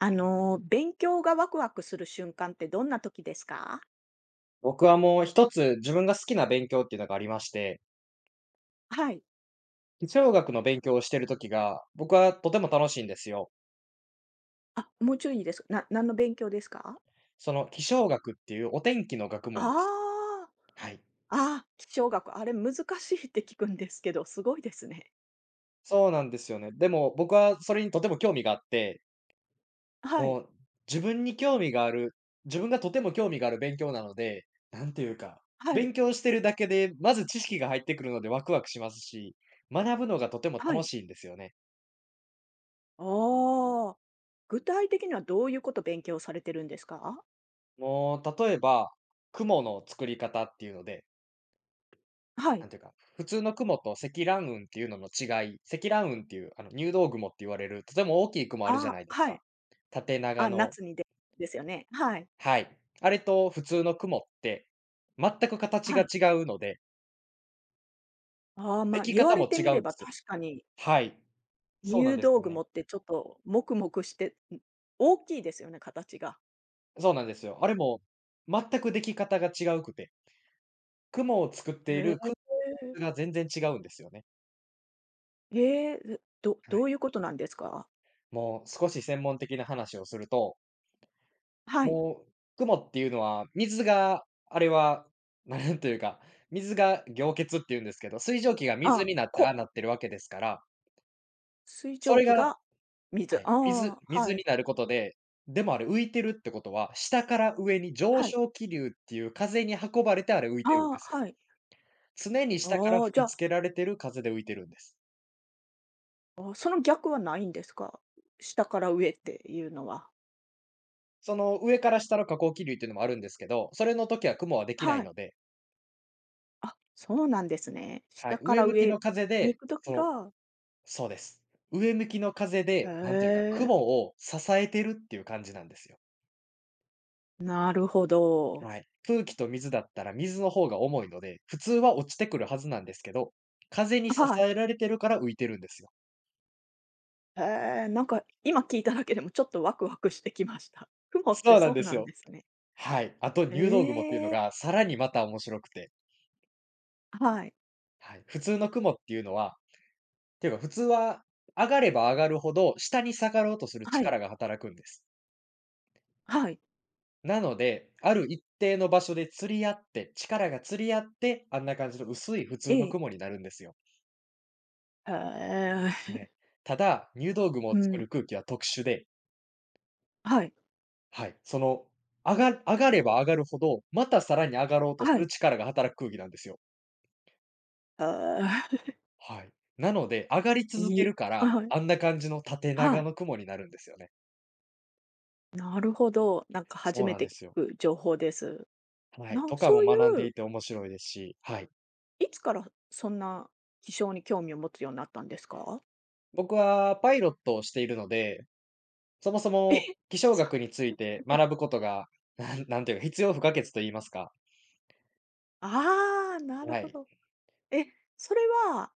勉強がワクワクする瞬間ってどんな時ですか？僕はもう一つ自分が好きな勉強っていうのがありまして、はい。気象学の勉強をしている時が、僕はとても楽しいんですよ。あ、もうちょいです。何の勉強ですか？その気象学っていうお天気の学問です。あーはい。あー、あ気象学、あれ難しいって聞くんですけど、すごいですね。そうなんですよね。でも僕はそれにとても興味があって、はい、もう自分に興味がある、自分がとても興味がある勉強なので、なんていうか、はい、勉強してるだけで、まず知識が入ってくるのでワクワクしますし、学ぶのがとてもは楽い。しいんですよね。ああ、具体的にはどういうこと勉強されてるんですか？もう例えば、雲の作り方っていうのではない。んていうか、普通の雲と積乱雲っていうのの違い、積乱雲っていう、入道雲って言われる、とても大きい雲あるじゃあなあ、いですはか。い。縦長あ、の夏にでですよね。はい、はい。あれと普通の雲って、全く形はがい。違うので、ああ、でま、き言わ方れもて違みれうんでばすよ。確かにはい。そうなん入です道よね。雲ってちょっともくもくして、ん、大きいですよね、形が。そうなんですよ。あれも、全くでき方が違うくて、雲を作っていへる、え。雲が全然違うんですよね。ええ、え、はい。ういうことなんですか？もう少し専門的な話をするとはい。もう、雲っていうのは、水が、あれは、なんというか、水が凝結っていうんですけど、水蒸気が水あ、になって、ああこなってるわけですから、水そ蒸れ気がが水。はい、水ああ、水はにい。なることで、でもあれ浮いてるってことは、下から上に上はい。昇気流っていう風に運ばれて、あれ浮いあてるんであ、すよ。はい。常に下からああ、じ吹きゃつけられてる風で浮いてるんです。あ、あ、その逆はないんですか？下から上っていうのは。その上から下の下降気流っていうのもあるんですけど、それの時は雲はできないはい。ので、あ、そうなんですね。は下い、か上ら向き上の風にで、行く時そのがそうです。上向きの風へで、なんていうか、雲え、を支えてるっていう感じなんですよ。なるほど。はい。空気と水だったら水の方が重いので、普通は落ちてくるはずなんですけど、風に支はい。えられてるから浮いてるんですよ。へえ、なんか今聞いただけでもちょっとワクワクしてきました。雲ってそうなそんうですなんよ。ですね。はい。あと入道雲っていうのええ、がさらにまた面白くて、はい。はい。普通の雲っていうのは、っていうか普通は上がれば上がるほど下に下がろうとするはい。力が働くんです。はい。なので、ある一定の場所で釣り合って、力が釣り合って、あんな感じの薄い普え通のえ。雲になるんですよ。へはえ。い。ただ、入道雲うを作ん。る空気は特殊で、はい。はい、その、上が上がれば上がるほど、またさらに上がろうとすはるい。力が働く空気なんですよ。へえ。はい。なので、上がり続いけいるかあ、ら、はい。あんな感じの縦は長い。の雲になるんですよね。なるほど。なんか初そうめなんて聞ですよ。く情報です。はい。なとかそもうい学んでう、いて面白いですし、はい。いつからそんな気象に興味を持つようになったんですか？僕はパイロットをしているので、そもそ え、も気象そう学についてなんです学ぶことが、なんていうか、必要不可欠と言いますか。ああ、なるはほい。ど。え、それは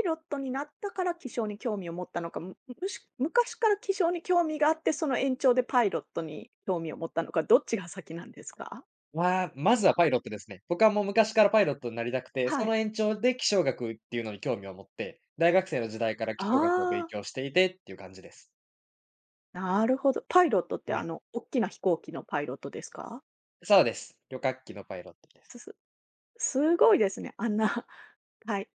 イロットになったから気象に興味を持ったのか、むむし昔から気象に興味があって、その延長でパイロットに興味を持ったのか、どっちが先なんですか？まあ、まずはパイロットですね。僕はもう昔からパイロットになりたくて、はそい。の延長で気象学っていうのに興味を持って、大学生の時代からあ気象学を勉あ、強していてっていう感じです。なるほど。パイロットってはあい。の、おっきな飛行機のパイロットですか？そうです。旅客機のパイロットです。すすすごいですね。あんな、はい、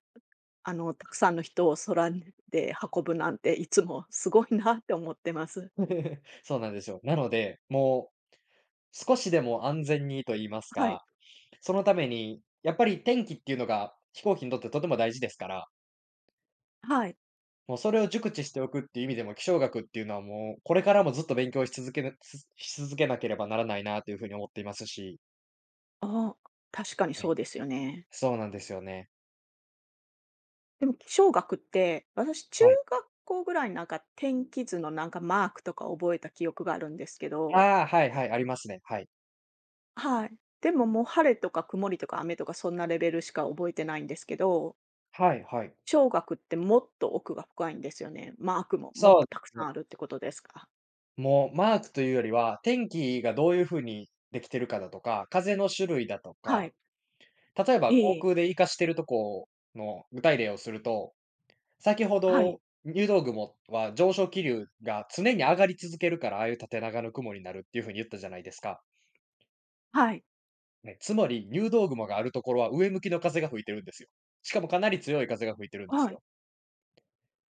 あの、たくさんの人を空で運ぶなんて、いつもすごいなって思ってます。そうなんですよ。なので、もう少しでも安全にと言いますはい、か、そのためにやっぱり天気っていうのが飛行機にとってとても大事ですからはい。もうそれを熟知しておくっていう意味でも、気象学っていうのはもう、これからもずっと勉強し続けなつし続けなければならないなというふうに思っていますし。ああ、確かにはそい。うですよね。そうなんですよね。でも気象学って、私中はい。学校ぐらいなんか天気図のなんかマークとか覚えた記憶があるんですけど、ああ、はいはい、ありますね。はい。はい。でももう晴れとか曇りとか雨とかそんなレベルしか覚えてないんですけど、はいはい。小学ってもっと奥が深いんですよね。マークももっそとたくう、さんもあるってことですか。もうマークというよりは、天気がどういうふうにできてるかだとか、風の種類だとはか、い。例えばえ航え。空で活かしてるとこの具体例をすると先ほはい。ど、入道雲は上昇気流が常に上がり続けるから、ああいう縦長の雲になるっていう風に言ったじゃないですか。はい。ね、つまり入道雲があるところは上向きの風が吹いてるんですよ。しかもかなり強い風が吹いてるんですはい。よ。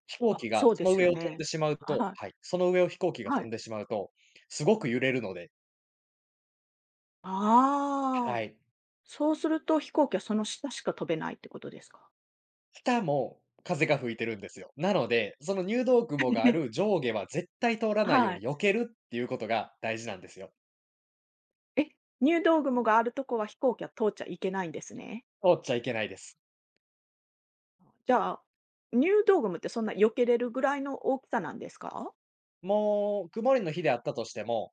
飛行あ、機がそうそでのす上よを飛んね。でしまうとはい。はい、その上を飛行機がは飛い。んでしまうと、すごく揺れるので、ああ。はい。そうすると飛行機はその下しか飛べないってことですか。下も風が吹いてるんですよ。なので、その入道雲がある 上下は絶対通らないよはうにい。避けるっていうことが大事なんですよ。え、入道雲があるとこは飛行機は通っちゃいけないんですね。通っちゃいけないです。じゃあ、入道雲ってそんな避けれるぐらいの大きさなんですか？もう、曇りの日であったとしても、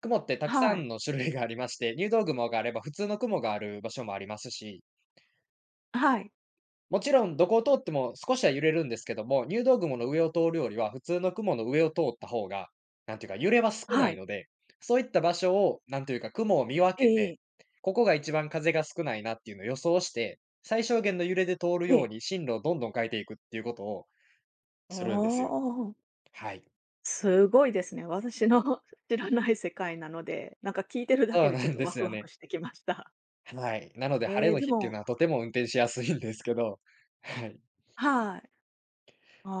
雲ってたくさはい。んの種類がありまして、入道雲があれば普通の雲がある場所もありますし、はい。もちろんどこを通っても少しは揺れるんですけども、入道雲の上を通るよりは普通の雲の上を通った方が、なんていうか、揺れは少なはいい。ので、そういった場所を、なんていうか、雲を見え分けええて、え。ここが一番風が少ないなっていうのを予想して、最小限の揺れで通るようおに進路をどんどん変えていくっていうことをするんですよ。おはい。すごいですね。私の 知らない世界なので、なんか聞いてるだけそうでちょなっんとでワすクよワクね。してきました。はい、なので晴えれえ、ので日っていうものはとても運転しやすいんですけど、はい。はい。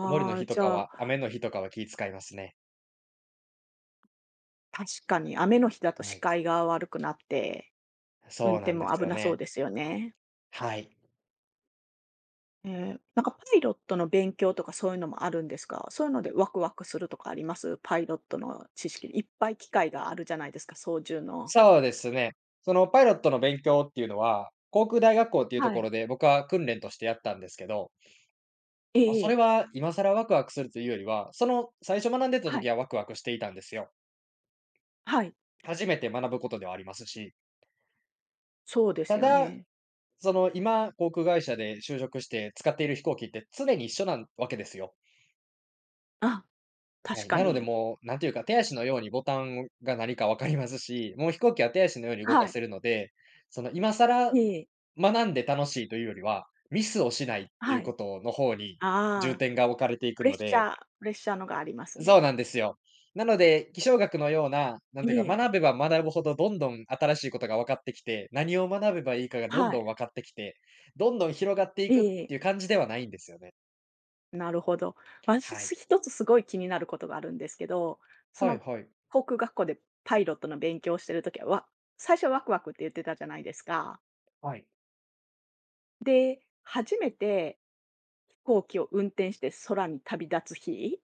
曇りのあ、日とじかゃあ、は、雨の日とかは気遣いますね。確かに雨の日だとは視い。界が悪くなって、運そう転なんでもす危よなそうね。ですよね。はい。ええ、なんかパイロットの勉強とかそういうのもあるんですか？そういうのでワクワクするとかあります？パイロットの知識、いっぱい機会があるじゃないですか、操縦の。そうですね。そのパイロットの勉強っていうのは、航空大学校っていうとはこい。ろで僕は訓練としてやったんですけど、えま、えそえれえ。は今更ワクワクするというよりは、その最初学んでたはい。時はワクワクしていたんですよ。はい。初めて学ぶことではありますし、そうですたよだ、ね。その今、航空会社で就職して使っている飛行機って常に一緒なわけですよ。あ、は確い、かなのでに。もう、なんていうか、手足のようにボタンが何か分かりますし、もう飛行機は手足のように動はかい。せるので、その今え更え。学んで楽しいというよりは、ミスをしないっていはうこい。との方にあ重あ、点が置かれていプくレッのシでャープレッシャーのがありますそうね。なんですよ。なので、気象学のような、なえんていうか、え。学べば学ぶほどどんどん新しいことが分かってきて、何を学べばいいかがどんはい。どん分かってきて、どんどん広がっていえくっえ。ていう感じではないんですよね。なるほど。私、はい。一つすごい気になることがあるんですけど、そはいの、はい。航空学校でパイロットの勉強をしてるときは、最初はワクワクって言ってたじゃないですか。はい。で、初めて飛行機を運転して空に旅立つ日、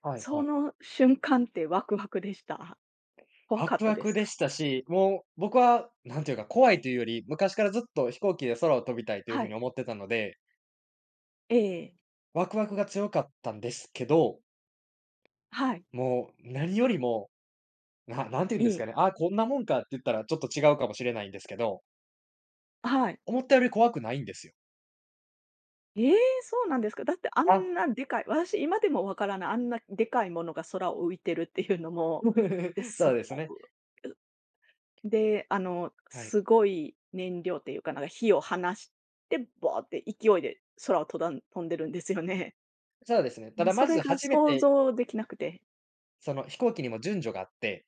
はいそはい。の瞬間ってワクワクでした？怖ワかっクたワでクすでか？したし、もう僕はなんていうか、怖いというより、昔からずっと飛行機で空を飛びたいというは風にい。思ってたので、ええ。ワクワクが強かったんですけど、はい。もう何よりも、ななんていうえんですかえ。ね、あ、こんなもんかって言ったらちょっと違うかもしれないんですけど、はい。思ったより怖くないんですよ。ええ、そうなんですか。だってああ、んなでかい私今でもわからない、あんなでかいものが空を浮いてるっていうのも、で すそっうですごね。くで、あの、はい。すごい燃料っていうか、なんか火を放して、ボーって勢いで空をとだん飛んでるんですよね。そうですね。たもうだそまれずが初め想て、像できなくて。その飛行機にも順序があって、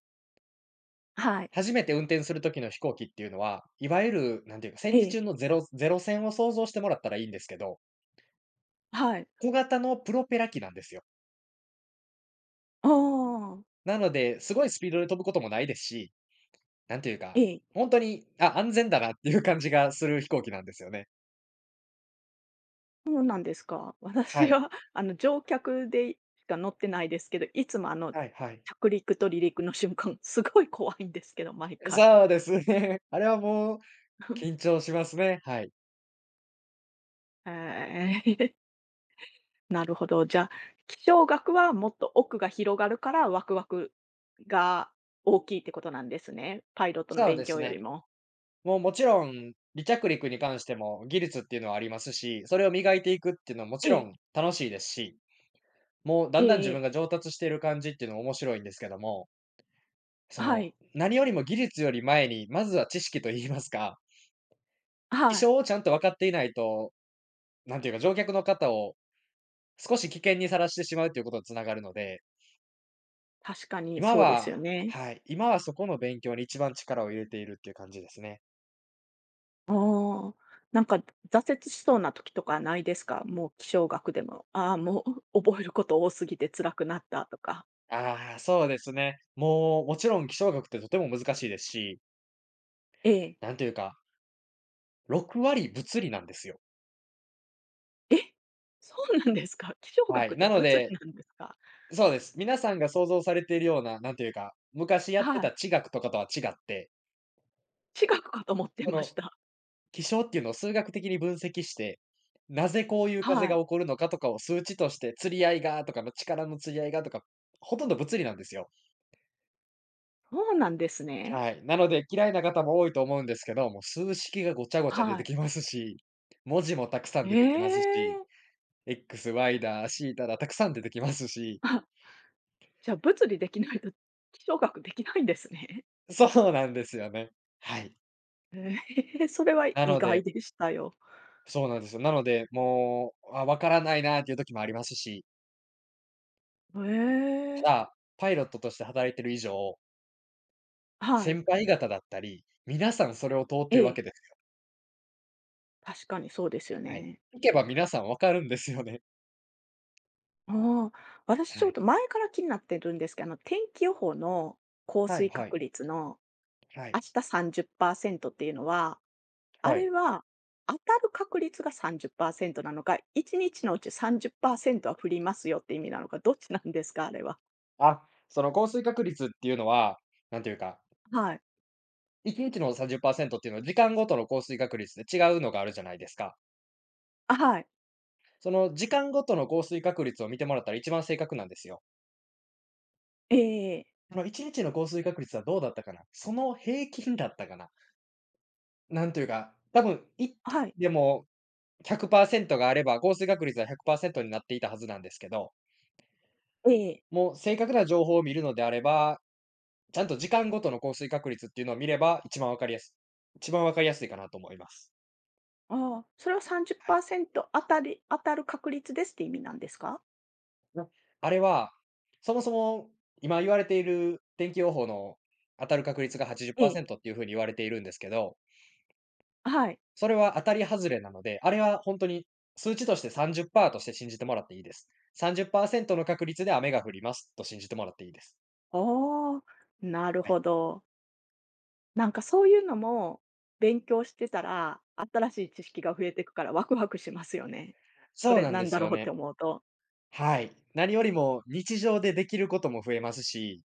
はい。初めて運転する時の飛行機っていうのは、いわゆるなんていうか、え戦時え。中のゼロ戦を想像してもらったらいいんですけどはい。小型のプロペラ機なんですよ。ああ。なので、すごいスピードで飛ぶこともないですし、なんていうえか、え。ほんとに、あ、安全だなっていう感じがする飛行機なんですよね。そうなんですか。は私い。は、あの、乗客でしか乗ってないですけど、いつもあの、はいはい。着陸と離陸の瞬間、すごい怖いんですけど、毎回。そうですね。あれはもう緊 張しますね。はい。ええ。なるほど。じゃあ、気象学はもっと奥が広がるから、ワクワクが大きいってことなんですね。パイロットのそう勉です強よりね。も。もうもちろん、離着陸に関しても技術っていうのはありますし、それを磨いていくっていうのはもちえろえ、ん楽しいですし、もうだえんだんええ自分え。が上達している感じっていうのも面白いんですけども、そはの、い、何よりも技術より前に、まずは知識と言いますか、気はい。象をちゃんと分かっていないと、なんていうか、乗客の方を少し危険にさらしてしまうということにつながるので、確かに今そうですはよね。はい、今はそこの勉強に一番力を入れているっていう感じですね。ああ。なんか挫折しそうな時とかないですか？もう気象学でも、ああ、もう覚えること多すぎて辛くなったとか。ああ、そうですね。もう、もちろん気象学ってとても難しいですし、ええ。なんていうか、6割物理なんですよ。え、そうなんですか？気象は学っい。てなの物理で、なんですか？そうです。皆さんが想像されているような、なんていうか、昔やってはい。た地学とかとは違って、地学かと思ってそまのした。気象っていうのを数学的に分析して、なぜこういう風はがい。起こるのかとかを数値として、釣り合いがとかの力の釣り合いがとか、ほとんど物理なんですよ。そうなんですね。はい。なので、嫌いな方も多いと思うんですけど、もう数式がごちゃごちゃ出はてい。きますし、文字もたくさんえ出てきますし、え。X、Y だ、C だ、たくさん出てきますし、あ、じゃ、物理できないと気象学できないんですね。そうなんですよね。はい。ええ、それはな意の外ででしたよ。そうなんですよ。なので、もう、わからないなっていう時もありますし、たえ。だ、パイロットとして働いてる以上、はい。先輩方だったり、皆さんそれを通っえてるわえ、けですよ。確かにそうですよはい。ね。聞けば皆さんわかるんですよね。ああ、私はちょっい。と前から気になってるんですけど、あの、天気予報の降はい水は確い率のは明い日30%っパーセントっていうのは、あはい。れは当たる確率が30%なのか、1日のうち30%は降りますよって意味なのか、どっちなんですか？あれは。あ、その降水確率っていうのは、なんていうか、はい。1日の30%っパーセントっていうのは、時間ごとの降水確率で違うのがあるじゃないですか。あ、はい。その時間ごとの降水確率を見てもらったら一番正確なんですよ。ええその1日の降水確率はどうだったかな、その平均だったかな。なんというか、多分はい。でも100％があれば、降水確率は100％になっていたはずなんですけど、ええ。もう正確な情報を見るのであれば、ちゃんと時間ごとの降水確率っていうのを見れば、一番わかりやすいかなと思います。ああ、それははい。30%当たる確率ですって意味なんですか？なあれは、そもそも今言われている天気予報の当たる確率がええ、80%っパーセントっていう風に言われているんですけど、はい。それは当たり外れなので、あれは本当に数値として30%として信じてもらっていいです。30％の確率で雨が降りますと信じてもらっていいです。ああ、なるはい。ほど。なんかそういうのも、勉強してたら、新しい知識が増えていくからワクワクしますよね。こそうれなんなでんだすろようってね。思うと。はい。何よりも日常でできることも増えますし、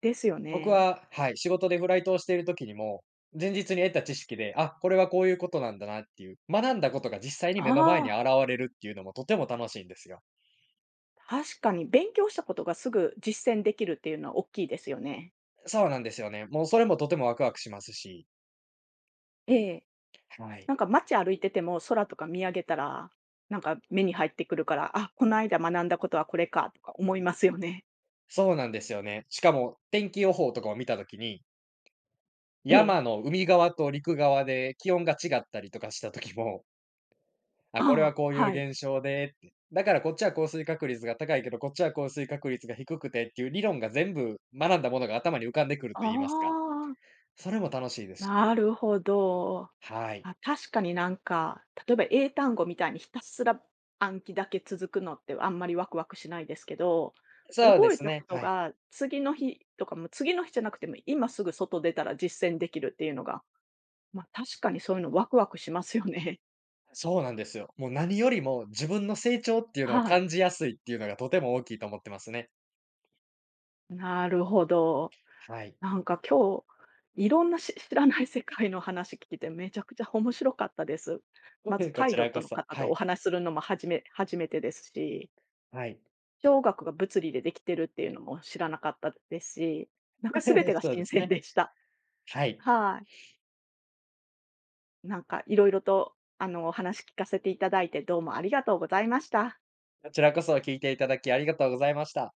ですよ僕ね。は、はい、仕事でフライトをしている時にも、前日に得た知識で、これはこういうことなんだなっていう、学んだことが実際に目の前にああ、現れるっていうのもとても楽しいんですよ。確かに勉強したことがすぐ実践できるっていうのは大きいですよね。そうなんですよね。もうそれもとてもワクワクしますし、ええ。はい。なんか街歩いてても、空とか見上げたら、なんか目に入ってくるから、あ、この間学んだことはこれかとか思いますよね。そうなんですよね。しかも天気予報とかを見た時に、ええ。山の海側と陸側で気温が違ったりとかした時も、これあはあ、こういうはい。現象でって。だからこっちは降水確率が高いけど、こっちは降水確率が低くてっていう理論が、全部学んだものが頭に浮かんでくるとあ言いますか。あ、それも楽しいですなし、るほど。はい。あ、確かになんか、例えば英単語みたいにひたすら暗記だけ続くのってあんまりワクワクしないですけど、そうで覚えすたこね、とはい。が次の日とかも次の日じゃなくても今すぐ外出たら実践できるっていうのが、ま、確かにそういうのワクワクしますよね。そうなんですよ。もう何よりも自分の成長って いうのをはい。感じやすいっていうのがとても大きいと思ってますね。なるほど。はい。なんか今日、いろんな 知らない世界の話聞いてめちゃくちゃ面白かったです。こまずパイちロッらトこのそ、方はとおい、話しするのも初めてですし、はい。小学が物理でできてるっていうのも知らなかったですし、なんか全て がそうで新す鮮ね、でした。はい。はい。なんかいろいろとあのお話聞かせていただいてどうもありがとうございました。こちらこそ聞いていただきありがとうございました。